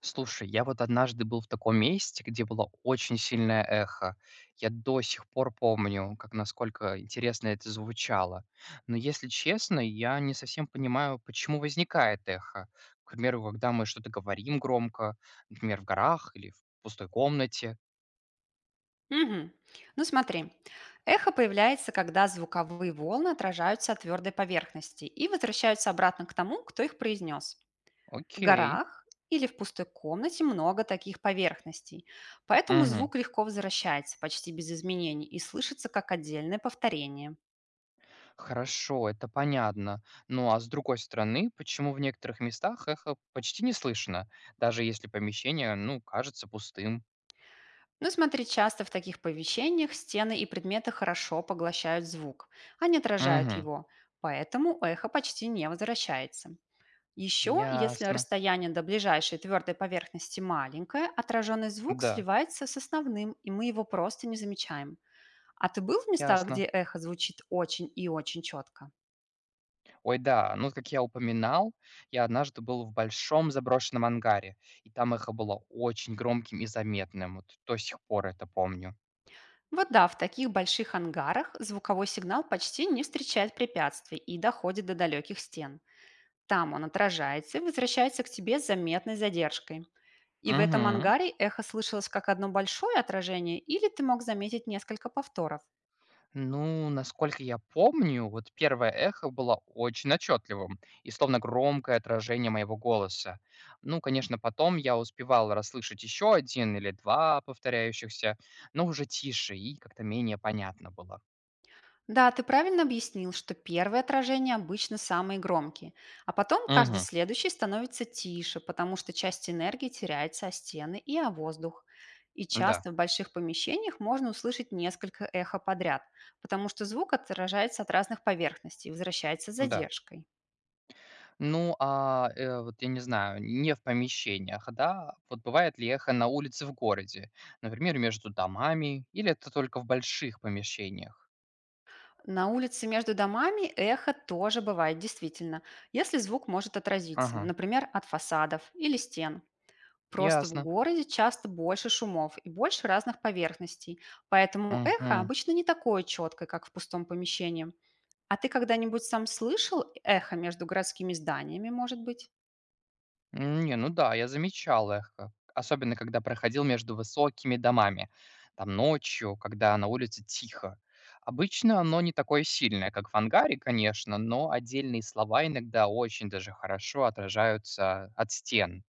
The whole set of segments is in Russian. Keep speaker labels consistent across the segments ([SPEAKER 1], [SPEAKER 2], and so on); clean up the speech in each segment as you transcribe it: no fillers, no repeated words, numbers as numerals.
[SPEAKER 1] Слушай, я вот однажды был в таком месте, где было очень сильное эхо. Я до сих пор помню, как насколько интересно это звучало. Но если честно, я не совсем понимаю, почему возникает эхо. К примеру, когда мы что-то говорим громко, например, в горах или в пустой комнате.
[SPEAKER 2] Мгм. Ну смотри, эхо появляется, когда звуковые волны отражаются от твердой поверхности и возвращаются обратно к тому, кто их произнес. В
[SPEAKER 1] Окей.
[SPEAKER 2] горах или в пустой комнате много таких поверхностей, поэтому
[SPEAKER 1] Мгм.
[SPEAKER 2] звук легко возвращается почти без изменений и слышится как отдельное повторение.
[SPEAKER 1] Хорошо, это понятно. Ну а с другой стороны, почему в некоторых местах эхо почти не слышно, даже если помещение, ну, кажется пустым?
[SPEAKER 2] Ну смотри, часто в таких помещениях стены и предметы хорошо поглощают звук, а не отражают
[SPEAKER 1] Мгм.
[SPEAKER 2] его, поэтому эхо почти не возвращается. Еще, если
[SPEAKER 1] Ясно.
[SPEAKER 2] расстояние до ближайшей твердой поверхности маленькое, отраженный звук
[SPEAKER 1] Да,
[SPEAKER 2] сливается с основным, и мы его просто не замечаем. А ты был в местах,
[SPEAKER 1] ясно.
[SPEAKER 2] где эхо звучит очень и очень четко?
[SPEAKER 1] Ой, да, ну, как я упоминал, я однажды был в большом заброшенном ангаре, и там эхо было очень громким и заметным. Вот до сих пор это помню.
[SPEAKER 2] Вот да, в таких больших ангарах звуковой сигнал почти не встречает препятствий и доходит до далеких стен. Там он отражается и возвращается к тебе с заметной задержкой. И в этом
[SPEAKER 1] Мгм.
[SPEAKER 2] ангаре эхо слышалось как одно большое отражение, или ты мог заметить несколько повторов.
[SPEAKER 1] Ну, насколько я помню, вот первое эхо было очень отчетливым и словно громкое отражение моего голоса. Ну, конечно, потом я успевал расслышать еще один или два повторяющихся, но уже тише и как-то менее понятно было.
[SPEAKER 2] Да, ты правильно объяснил, что первые отражения обычно самые громкие, а потом каждый
[SPEAKER 1] Угу.
[SPEAKER 2] следующий становится тише, потому что часть энергии теряется о стены и о воздух. И
[SPEAKER 1] Да,
[SPEAKER 2] часто в больших помещениях можно услышать несколько эхо подряд, потому что звук отражается от разных поверхностей и возвращается с
[SPEAKER 1] да.
[SPEAKER 2] задержкой.
[SPEAKER 1] Ну, вот я не знаю, не в помещениях, да? Вот бывает ли эхо на улице в городе? Например, между домами? Или это только в больших помещениях?
[SPEAKER 2] На улице между домами эхо тоже бывает действительно, если звук может отразиться,
[SPEAKER 1] Ага,
[SPEAKER 2] например, от фасадов или стен. Просто в
[SPEAKER 1] ясно.
[SPEAKER 2] городе часто больше шумов и больше разных поверхностей, поэтому эхо
[SPEAKER 1] Угу.
[SPEAKER 2] обычно не такое четкое, как в пустом помещении. А ты когда-нибудь сам слышал эхо между городскими зданиями, может быть?
[SPEAKER 1] Не, ну да, я замечал эхо. Особенно, когда проходил между высокими домами. Там ночью, когда на улице тихо. Обычно оно не такое сильное, как в ангаре, конечно, но отдельные слова иногда очень даже хорошо отражаются от стен.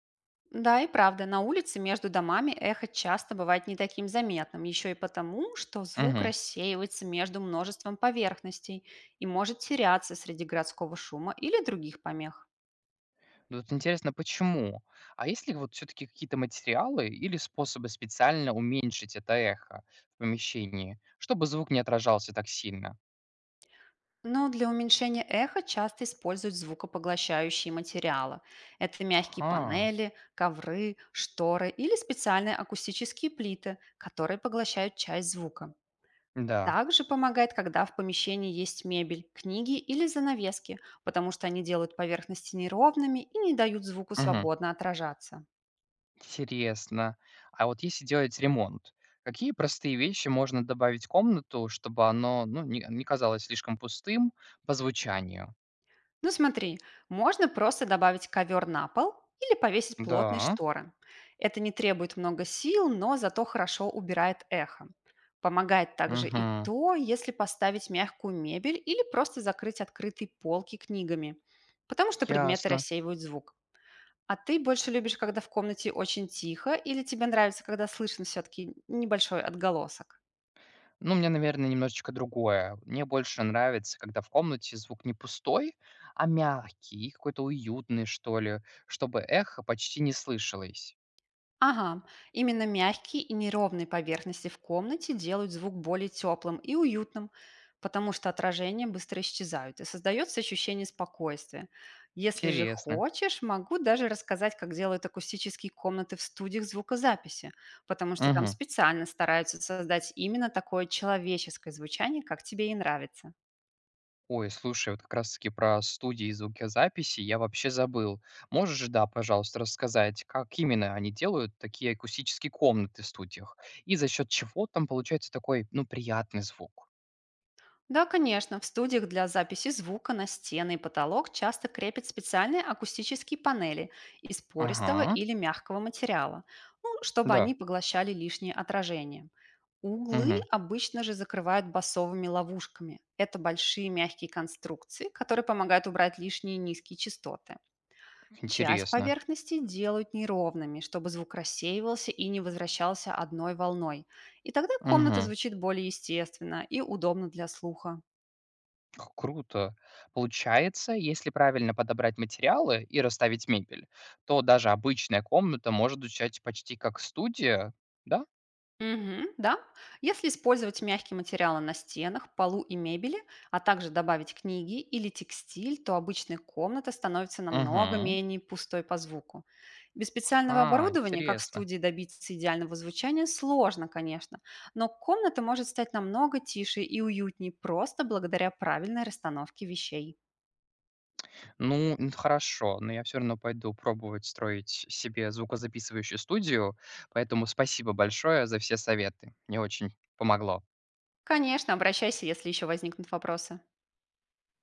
[SPEAKER 2] Да, и правда, на улице между домами эхо часто бывает не таким заметным, еще и потому, что звук
[SPEAKER 1] Мгм.
[SPEAKER 2] рассеивается между множеством поверхностей и может теряться среди городского шума или других помех.
[SPEAKER 1] Ну, вот интересно, почему? А есть ли вот все-таки какие-то материалы или способы специально уменьшить это эхо в помещении, чтобы звук не отражался так сильно?
[SPEAKER 2] Но для уменьшения эха часто используют звукопоглощающие материалы. Это мягкие
[SPEAKER 1] Ага,
[SPEAKER 2] панели, ковры, шторы или специальные акустические плиты, которые поглощают часть звука.
[SPEAKER 1] да.
[SPEAKER 2] Также помогает, когда в помещении есть мебель, книги или занавески, потому что они делают поверхности неровными и не дают звуку
[SPEAKER 1] Мгм.
[SPEAKER 2] свободно отражаться.
[SPEAKER 1] Интересно. А вот если делать ремонт, какие простые вещи можно добавить в комнату, чтобы оно ну, не казалось слишком пустым по звучанию?
[SPEAKER 2] Ну смотри, можно просто добавить ковер на пол или повесить плотные
[SPEAKER 1] Да.
[SPEAKER 2] шторы. Это не требует много сил, но зато хорошо убирает эхо. Помогает также и
[SPEAKER 1] Угу.
[SPEAKER 2] то, если поставить мягкую мебель или просто закрыть открытые полки книгами, потому что предметы
[SPEAKER 1] Ясно.
[SPEAKER 2] рассеивают звук. А ты больше любишь, когда в комнате очень тихо, или тебе нравится, когда слышно все-таки небольшой отголосок?
[SPEAKER 1] Ну, мне, наверное, немножечко другое. Мне больше нравится, когда в комнате звук не пустой, а мягкий и какой-то уютный, что ли, чтобы эхо почти не слышалось.
[SPEAKER 2] Ага, именно мягкие и неровные поверхности в комнате делают звук более теплым и уютным, потому что отражения быстро исчезают и создается ощущение спокойствия. Если же
[SPEAKER 1] Интересно.
[SPEAKER 2] хочешь, могу даже рассказать, как делают акустические комнаты в студиях звукозаписи, потому что там
[SPEAKER 1] Мгм.
[SPEAKER 2] специально стараются создать именно такое человеческое звучание, как тебе и нравится.
[SPEAKER 1] Ой, слушай, вот как раз-таки про студии звукозаписи я вообще забыл. Можешь, да, пожалуйста, рассказать, как именно они делают такие акустические комнаты в студиях? И за счет чего там получается такой, ну, приятный звук?
[SPEAKER 2] Да, конечно. В студиях для записи звука на стены и потолок часто крепят специальные акустические панели из пористого
[SPEAKER 1] Ага,
[SPEAKER 2] или мягкого материала, ну, чтобы они
[SPEAKER 1] да,
[SPEAKER 2] поглощали лишние отражения. Углы
[SPEAKER 1] угу.
[SPEAKER 2] обычно же закрывают басовыми ловушками. Это большие мягкие конструкции, которые помогают убрать лишние низкие частоты. Часть
[SPEAKER 1] Интересно.
[SPEAKER 2] поверхности делают неровными, чтобы звук рассеивался и не возвращался одной волной. И тогда комната
[SPEAKER 1] Угу.
[SPEAKER 2] звучит более естественно и удобно для слуха.
[SPEAKER 1] Х Круто. Получается, если правильно подобрать материалы и расставить мебель, то даже обычная комната может звучать почти как студия, да?
[SPEAKER 2] Мгм, да. Если использовать мягкие материалы на стенах, полу и мебели, а также добавить книги или текстиль, то обычная комната становится намного
[SPEAKER 1] Мгм.
[SPEAKER 2] менее пустой по звуку. Без специального
[SPEAKER 1] Ага,
[SPEAKER 2] оборудования, как в
[SPEAKER 1] интересно.
[SPEAKER 2] студии, добиться идеального звучания сложно, конечно, но комната может стать намного тише и уютнее просто благодаря правильной расстановке вещей.
[SPEAKER 1] Ну, н хорошо, но я все равно пойду пробовать строить себе звукозаписывающую студию, поэтому спасибо большое за все советы. Мне очень помогло.
[SPEAKER 2] Конечно, обращайся, если еще возникнут вопросы.